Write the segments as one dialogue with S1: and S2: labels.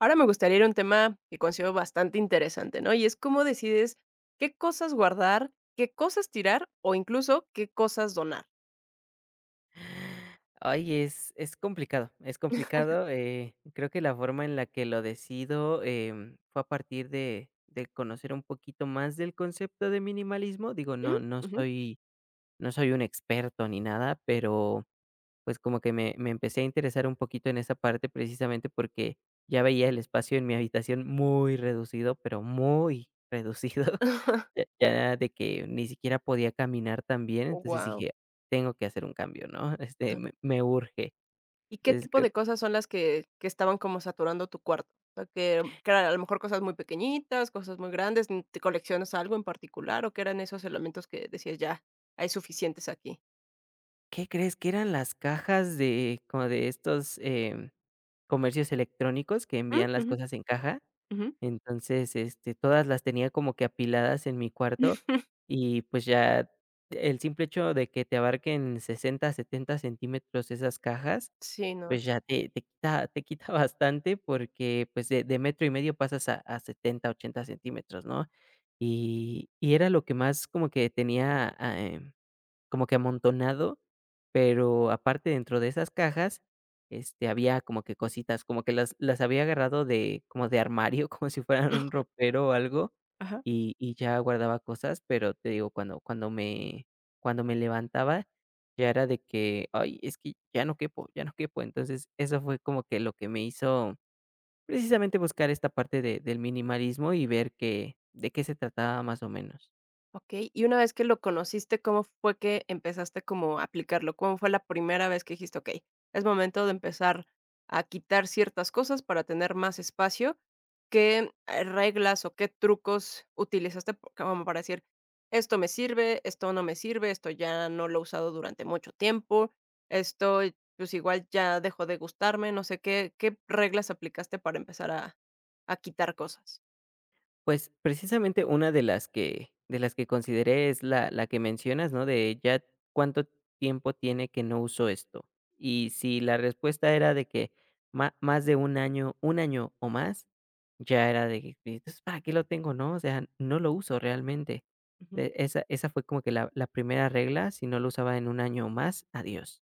S1: Ahora me gustaría ir a un tema que considero bastante interesante, ¿no? Y es cómo decides qué cosas guardar, qué cosas tirar o incluso qué cosas donar.
S2: Ay, es complicado, es complicado, creo que la forma en la que lo decido, fue a partir de conocer un poquito más del concepto de minimalismo. Digo,
S1: ¿Mm?
S2: no no
S1: Ujú.
S2: soy no soy un experto ni nada, pero, pues, como que me empecé a interesar un poquito en esa parte precisamente porque ya veía el espacio en mi habitación muy reducido, pero muy reducido. Ya de que ni siquiera podía caminar tan bien, entonces
S1: Guau.
S2: dije: "Tengo que hacer un cambio", ¿no? Me urge.
S1: ¿Y qué
S2: Entonces
S1: tipo
S2: creo,
S1: de cosas son las que estaban como saturando tu cuarto? O sea, que eran a lo mejor cosas muy pequeñitas, cosas muy grandes, ¿te coleccionas algo en particular o qué eran esos elementos que decías ya, hay suficientes aquí?
S2: ¿qué crees? Que eran las cajas de como de estos, comercios electrónicos que
S1: Mm,
S2: envían las
S1: ujú,
S2: cosas en caja.
S1: ujú.
S2: Entonces, todas las tenía como que apiladas en mi cuarto y, pues, ya el simple hecho de que te abarquen 60, 70 centímetros esas cajas,
S1: Sí, no.
S2: pues ya te quita bastante porque, pues, de metro y medio pasas a 70 u 80 centímetros, ¿no? Y era lo que más como que tenía, como que amontonado, pero aparte dentro de esas cajas, había como que cositas, como que las había agarrado de como de armario, como si fueran un ropero o algo,
S1: Ajá.
S2: y ya guardaba cosas, pero te digo, cuando me levantaba, ya era de que: "Ay, es que ya no quepo, ya no quepo". Entonces, eso fue como que lo que me hizo precisamente buscar esta parte de del minimalismo y ver que de qué se trataba más o menos.
S1: Okey, y una vez que lo conociste, ¿cómo fue que empezaste como a aplicarlo? ¿Cómo fue la primera vez que dijiste: "Okey, es momento de empezar a quitar ciertas cosas para tener más espacio"? ¿Qué, reglas o qué trucos utilizaste po como para decir: "Esto me sirve, esto no me sirve, esto ya no lo he usado durante mucho tiempo, esto, pues, igual ya dejó de gustarme"? No sé, ¿qué reglas aplicaste para empezar a quitar cosas?
S2: Pues, precisamente una de las que consideré es la que mencionas, ¿no? De ya cuánto tiempo tiene que no uso esto. Y si la respuesta era de que ma más de un año, un año o más, ya era de que, entonces, ¿para qué lo tengo, no? O sea, no lo uso realmente.
S1: Ujú.
S2: Esa fue como que la primera regla, si no lo usaba en un año o más, adiós.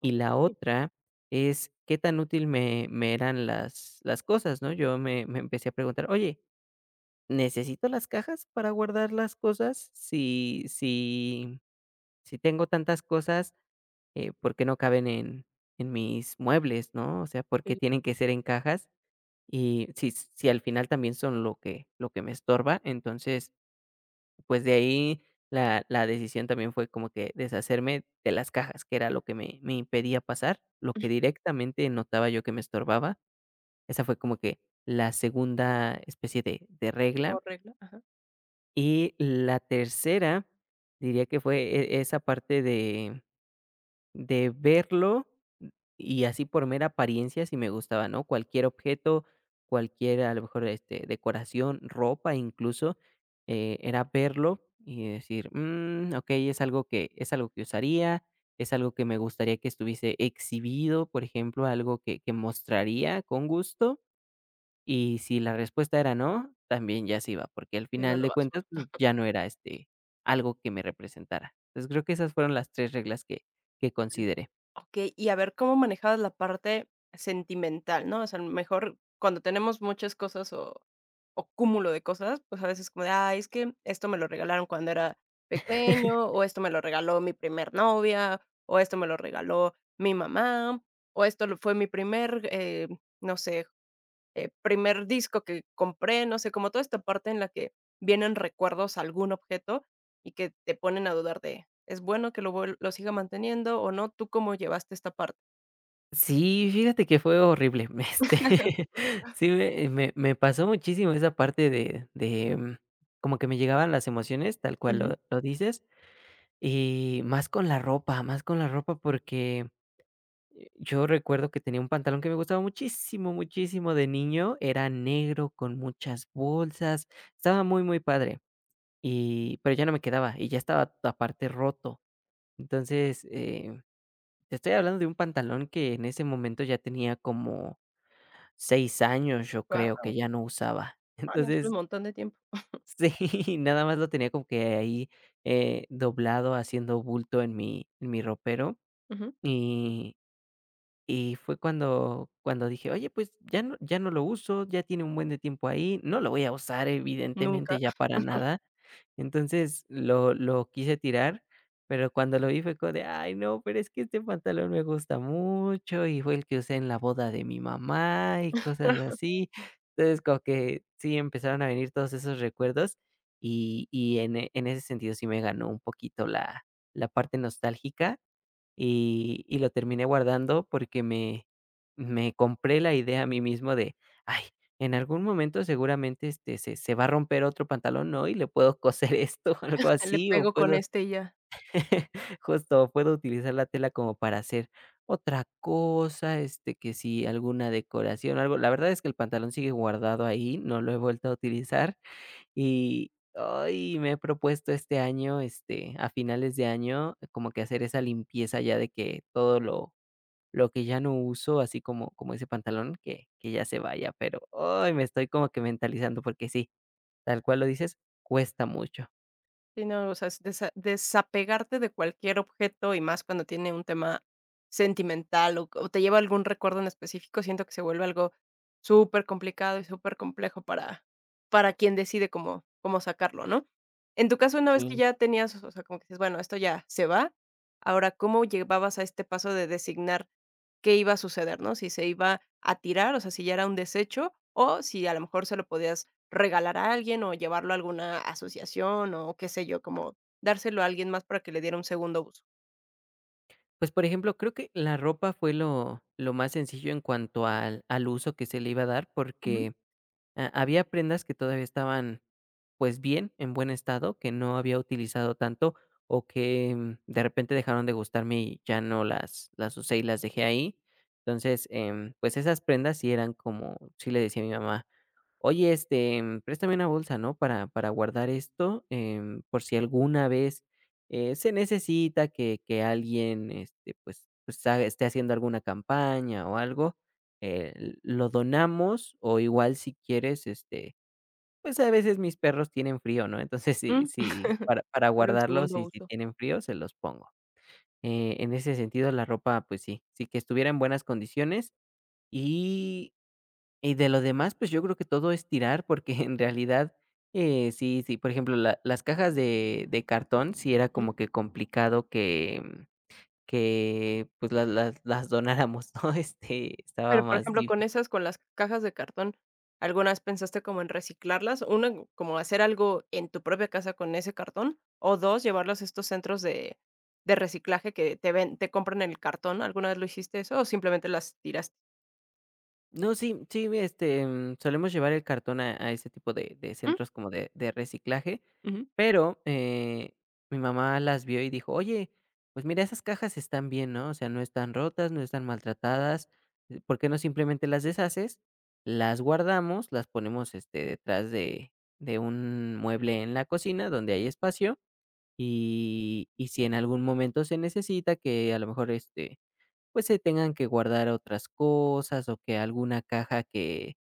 S2: Y la
S1: Okey.
S2: otra es qué tan útil me eran las cosas, ¿no? Yo me empecé a preguntar: "Oye, ¿necesito las cajas para guardar las cosas? Si si tengo tantas cosas, ¿por qué no caben en mis muebles, no? O sea, ¿por qué tienen que ser en cajas? Y si al final también son lo que me estorba, entonces, pues, de ahí la decisión también fue como que deshacerme de las cajas, que era lo que me impedía pasar, lo que directamente notaba yo que me estorbaba. Esa fue como que la segunda especie de regla.
S1: ¿Como regla? Ajá,
S2: Y la tercera, diría que fue esa parte de verlo y así por mera apariencia, si me gustaba, ¿no? Cualquier objeto, cualquier, a lo mejor, decoración, ropa incluso, era verlo y decir: "Mm, okey, es algo que usaría, es algo que me gustaría que estuviese exhibido", por ejemplo, algo que mostraría con gusto. Y si la respuesta era no, también ya se iba, porque al
S1: lleva a
S2: final
S1: la
S2: de cuentas,
S1: basura.
S2: pues, ya no era, algo que me representara. Entonces, creo que esas fueron las 3 reglas que
S1: Okey.
S2: consideré.
S1: Okey, y a ver, ¿cómo manejabas la parte sentimental, no? O sea, a lo mejor cuando tenemos muchas cosas o cúmulo de cosas, pues, a veces como de: "Ay, es que esto me lo regalaron cuando era pequeño, o esto me lo regaló mi primer novia, o esto me lo regaló mi mamá, o esto lo fue mi primer, no sé" primer disco que compré, no sé, como toda esta parte en la que vienen recuerdos a algún objeto y que te ponen a dudar de, ¿es bueno que lo vuel lo siga manteniendo o no? ¿Tú cómo llevaste esta parte?
S2: Sí, fíjate que fue horrible, sí me pasó muchísimo esa parte de como que me llegaban las emociones, tal cual
S1: Ujú.
S2: lo dices, y más con la ropa, más con la ropa porque yo recuerdo que tenía un pantalón que me gustaba muchísimo, muchísimo de niño, era negro con muchas bolsas, estaba muy, muy padre, y pero ya no me quedaba y ya estaba aparte roto. Entonces, te estoy hablando de un pantalón que en ese momento ya tenía como 6 años, yo creo que ya no usaba.
S1: Ah, no, es un
S2: Entonces,
S1: montón de tiempo.
S2: sí, nada más lo tenía como que ahí, doblado haciendo bulto en mi ropero,
S1: Ujú.
S2: y Y fue cuando dije: "Oye, pues ya no, ya no lo uso, ya tiene un buen de tiempo ahí, no lo voy a usar evidentemente
S1: Nunca.
S2: ya para nada". Entonces lo quise tirar, pero cuando lo vi fue como de: "Ay no, pero es que este pantalón me gusta mucho y fue el que usé en la boda de mi mamá", y cosas así. Entonces, como que sí empezaron a venir todos esos recuerdos y en en ese sentido sí me ganó un poquito la parte nostálgica. Y lo terminé guardando porque me compré la idea a mí mismo de: "Ay, en algún momento seguramente, se va a romper otro pantalón, ¿no? Y le puedo coser esto", algo
S1: Le
S2: así, o
S1: pego con
S2: puedo
S1: este y ya.
S2: justo, puedo utilizar la tela como para hacer otra cosa, que si alguna decoración, algo. La verdad es que el pantalón sigue guardado ahí, no lo he vuelto a utilizar. Y, hoy me he propuesto este año, a finales de año, como que hacer esa limpieza ya de que todo lo que ya no uso, así como como ese pantalón, que ya se vaya, pero, hoy me estoy como que mentalizando, porque sí, tal cual lo dices, cuesta mucho.
S1: Sí, no, o sea, es desa desapegarte de cualquier objeto, y más cuando tiene un tema sentimental, o te lleva algún recuerdo en específico, siento que se vuelve algo súper complicado y súper complejo para quien decide cómo sacarlo, ¿no? En tu caso, una vez que
S2: Sí.
S1: ya tenías, o sea, como que dices: "Bueno, esto ya se va", ahora, ¿cómo llevabas a este paso de designar qué iba a suceder, no? Si se iba a tirar, o sea, si ya era un desecho, o si a lo mejor se lo podías regalar a alguien o llevarlo a alguna asociación o qué sé yo, como dárselo a alguien más para que le diera un segundo uso.
S2: Pues, por ejemplo, creo que la ropa fue lo más sencillo en cuanto al uso que se le iba a dar,
S1: Ujú.
S2: porque Ha había prendas que todavía estaban, pues, bien, en buen estado, que no había utilizado tanto, o que, de repente dejaron de gustarme y ya no las usé y las dejé ahí. Entonces, pues, esas prendas sí eran como, sí le decía a mi mamá: "Oye, préstame una bolsa, ¿no? Para guardar esto, por si alguna vez se necesita que alguien, pues, esté haciendo alguna campaña o algo, lo donamos, o igual si quieres, pues a veces mis perros tienen frío, ¿no? Entonces, sí,
S1: Mm.
S2: sí, para
S1: Era un
S2: guardarlos
S1: segundo
S2: y si
S1: uso.
S2: tienen frío, se los pongo. En ese sentido, la ropa, pues sí, sí que estuviera en buenas condiciones, y y de lo demás, pues, yo creo que todo es tirar, porque en realidad, sí sí, por ejemplo, la las cajas de cartón, sí era
S1: Ujú.
S2: como que complicado que, pues, las las donáramos, ¿no? Estaba
S1: Pero, por
S2: más
S1: ejemplo,
S2: dif...
S1: con esas, con las cajas de cartón, ¿algunas pensaste como en reciclarlas? Una, como hacer algo en tu propia casa con ese cartón, o 2 llevarlos a estos centros de reciclaje que te ven te compran el cartón, ¿alguna vez lo hiciste eso o simplemente las tiraste?
S2: No, sí, sí, solemos llevar el cartón a ese tipo de
S1: Mm,
S2: centros como de reciclaje,
S1: ujú.
S2: pero, mi mamá las vio y dijo: "Oye, pues mira, esas cajas están bien, ¿no? O sea, no están rotas, no están maltratadas, ¿por qué no simplemente las deshaces, las guardamos, las ponemos, detrás de un mueble en la cocina donde hay espacio? Y si en algún momento se necesita que a lo mejor, pues, se tengan que guardar otras cosas, o que alguna caja que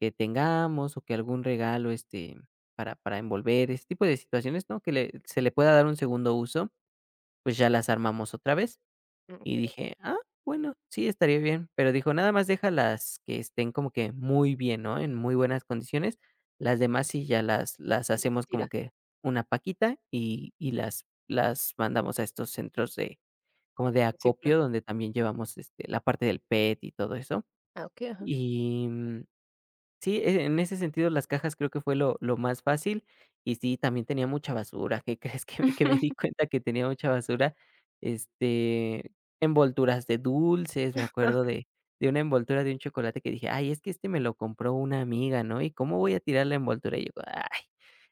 S2: tengamos, o que algún regalo, para envolver, ese tipo de situaciones, ¿no? Que le se le pueda dar un segundo uso, pues, ya las armamos otra vez".
S1: Mm,
S2: Y dije: "Ah, bueno, sí, estaría bien". Pero dijo: "Nada más deja las que estén como que muy bien, ¿no? En muy buenas condiciones. Las demás sí ya las
S1: las
S2: hacemos como
S1: tiras,
S2: que una paquita, y las mandamos a estos centros de como de acopio,
S1: recicla.
S2: donde también llevamos, la parte del PET y todo eso".
S1: Ah, okey, ajá.
S2: Y, sí, en ese sentido, las cajas creo que fue lo más fácil, y sí, también tenía mucha basura, ¿qué crees? Que me di cuenta que tenía mucha basura, este, envolturas de dulces, me acuerdo de una envoltura de un chocolate que dije: "Ay, es que este me lo compró una amiga, ¿no? ¿Y cómo voy a tirar la envoltura?" Y yo, ay,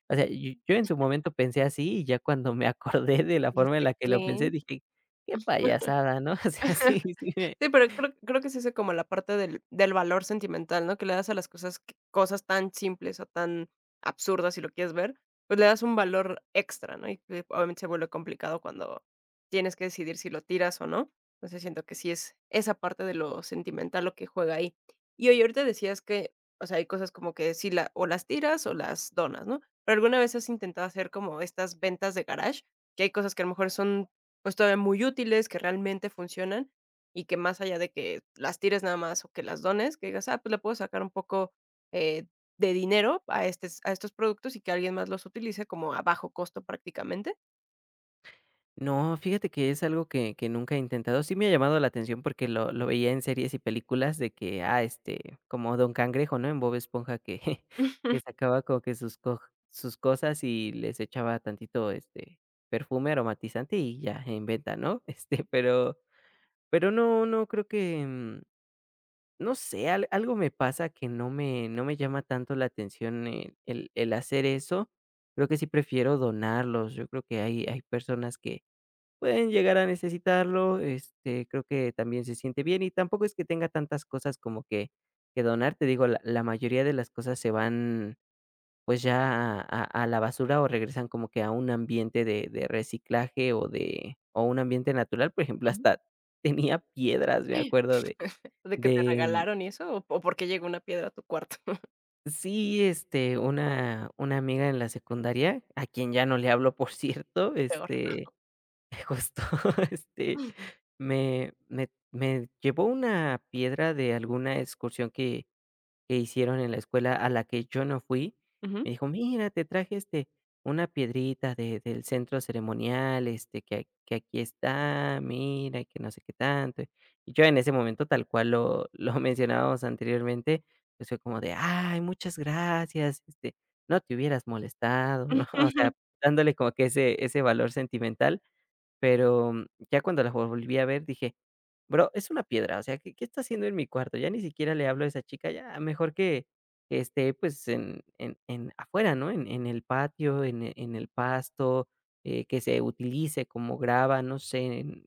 S2: o sea, yo en su momento pensé así, y ya cuando me acordé de la forma en
S1: Dijiste
S2: la que lo pensé,
S1: ¿qué?
S2: dije: "Qué payasada", ¿no? O sea, sí, sí...
S1: Sí, pero creo que es ese como la parte del valor sentimental, ¿no? Que le das a las cosas q cosas tan simples o tan absurdas, si lo quieres ver, pues le das un valor extra, ¿no? Y que obviamente se vuelve complicado cuando tienes que decidir si lo tiras o no. Entonces, siento que sí es esa parte de lo sentimental lo que juega ahí. Y oye, ahorita decías que, o sea, hay cosas como que sí la o las tiras o las donas, ¿no? Pero, ¿alguna vez has intentado hacer como estas ventas de garage? Que hay cosas que a lo mejor son, pues, todavía muy útiles, que realmente funcionan, y que más allá de que las tires nada más o que las dones, que digas: "Ah, pues le puedo sacar un poco, eh, de dinero a estes a estos productos y que alguien más los utilice como a bajo costo prácticamente".
S2: No, fíjate que es algo que nunca he intentado. Sí me ha llamado la atención porque lo veía en series y películas de que, como Don Cangrejo, ¿no? En Bob Esponja que que sacaba como que sus cosas y les echaba tantito, perfume aromatizante y ya, en venta, ¿no? Este, pero pero no, no creo que, no sé, al algo me pasa que no me llama tanto la atención el hacer eso. Creo que sí prefiero donarlos. Yo creo que hay personas que pueden llegar a necesitarlo, creo que también se siente bien y tampoco es que tenga tantas cosas como que donar, te digo, la mayoría de las cosas se van, pues, ya a la basura o regresan como que a un ambiente de reciclaje o de, o un ambiente natural, por ejemplo,
S1: Ujú.
S2: hasta tenía piedras, me acuerdo
S1: De que te
S2: de
S1: regalaron y eso, o porque llegó una piedra a tu cuarto.
S2: sí, una amiga en la secundaria, a quien ya no le hablo, por cierto,
S1: Peor.
S2: justo, este, me llevó una piedra de alguna excursión que hicieron en la escuela a la que yo no fui.
S1: Ujú.
S2: Me dijo: "Mira, te traje, una piedrita de del centro ceremonial, que aquí está, mira, y que no sé qué tanto". Y yo en ese momento, tal cual lo mencionábamos anteriormente, pues, fue como de: "Ay, muchas gracias, no te hubieras molestado", ¿no? O sea, dándole como que ese valor sentimental. Pero, ya cuando la volví a ver, dije: "Bro, es una piedra, o sea, ¿qué está haciendo en mi cuarto?". Ya ni siquiera le hablo a esa chica, ya mejor que esté, pues, en afuera, ¿no? En el patio, en el pasto, que se utilice como grava, no sé, en...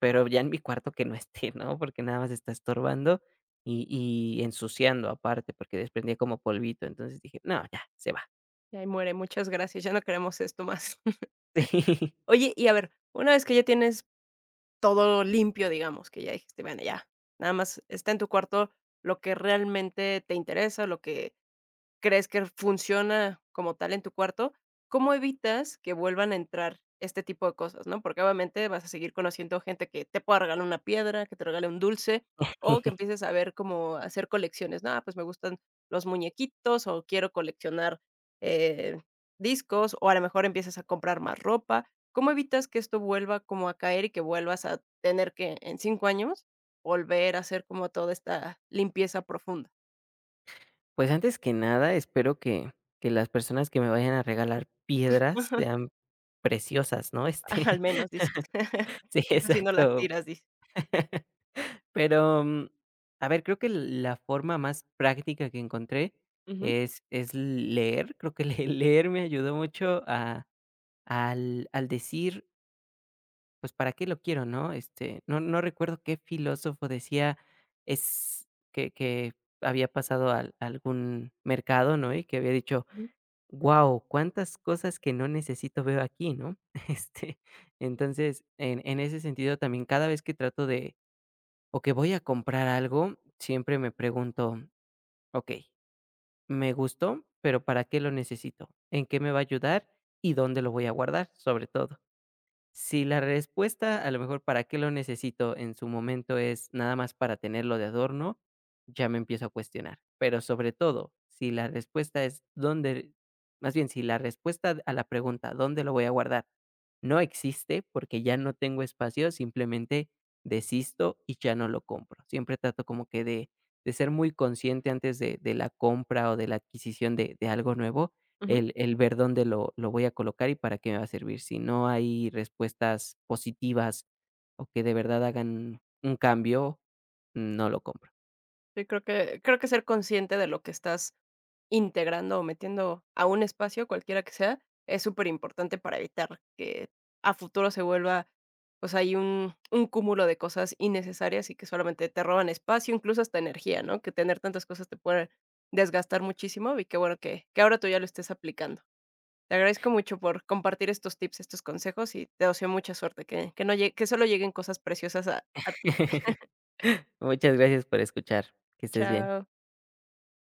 S2: pero ya en mi cuarto que no esté, ¿no? Porque nada más está estorbando y ensuciando aparte, porque desprendía como polvito. Entonces dije: "No, ya, se va".
S1: Y ahí muere, muchas gracias, ya no queremos esto más. Oye, y a ver, una vez que ya tienes todo limpio, digamos, que ya dijiste: "Bueno, ya, nada más está en tu cuarto lo que realmente te interesa, lo que crees que funciona como tal en tu cuarto, ¿cómo evitas que vuelvan a entrar este tipo de cosas, no? Porque obviamente vas a seguir conociendo gente que te pueda regalar una piedra, que te regale un dulce o que empieces a ver cómo hacer colecciones, ¿no? Ah, pues me gustan los muñequitos o quiero coleccionar, eh, discos o a lo mejor empiezas a comprar más ropa. ¿Cómo evitas que esto vuelva como a caer y que vuelvas a tener que en 5 años volver a hacer como toda esta limpieza profunda?
S2: Pues, antes que nada, espero que las personas que me vayan a regalar piedras sean preciosas, ¿no?
S1: Al menos dices.
S2: Sí,
S1: Así no las
S2: exacto.
S1: tiras, dice.
S2: Pero, a ver, creo que la forma más práctica que encontré
S1: Ujú,
S2: es leer. Creo que le leer me ayudó mucho a al al decir, pues, ¿para qué lo quiero, no? No no recuerdo qué filósofo decía, es que había pasado al a algún mercado, ¿no? Y que había dicho:
S1: ujú,
S2: "Wow, cuántas cosas que no necesito veo aquí", ¿no? Este, entonces, en ese sentido también, cada vez que trato de, o que voy a comprar algo, siempre me pregunto: "Okey, me gustó, pero ¿para qué lo necesito? ¿En qué me va a ayudar? ¿Y dónde lo voy a guardar?", sobre todo. Si la respuesta a lo mejor para qué lo necesito en su momento es nada más para tenerlo de adorno, ya me empiezo a cuestionar. Pero sobre todo, si la respuesta es dónde, más bien si la respuesta a la pregunta ¿dónde lo voy a guardar? No existe porque ya no tengo espacio, simplemente desisto y ya no lo compro. Siempre trato como que de ser muy consciente antes de la compra o de la adquisición de algo nuevo,
S1: ujú.
S2: el ver dónde lo voy a colocar y para qué me va a servir. Si no hay respuestas positivas o que de verdad hagan un cambio, no lo compro.
S1: Sí, creo que ser consciente de lo que estás integrando o metiendo a un espacio, cualquiera que sea, es súper importante para evitar que a futuro se vuelva, pues, hay un cúmulo de cosas innecesarias y que solamente te roban espacio, incluso hasta energía, ¿no? Que tener tantas cosas te puede desgastar muchísimo y qué bueno que ahora tú ya lo estés aplicando. Te agradezco mucho por compartir estos tips, estos consejos y te deseo mucha suerte, que no llegue que solo lleguen cosas preciosas a ti.
S2: Muchas gracias por escuchar. Que estés bien.
S1: Chao.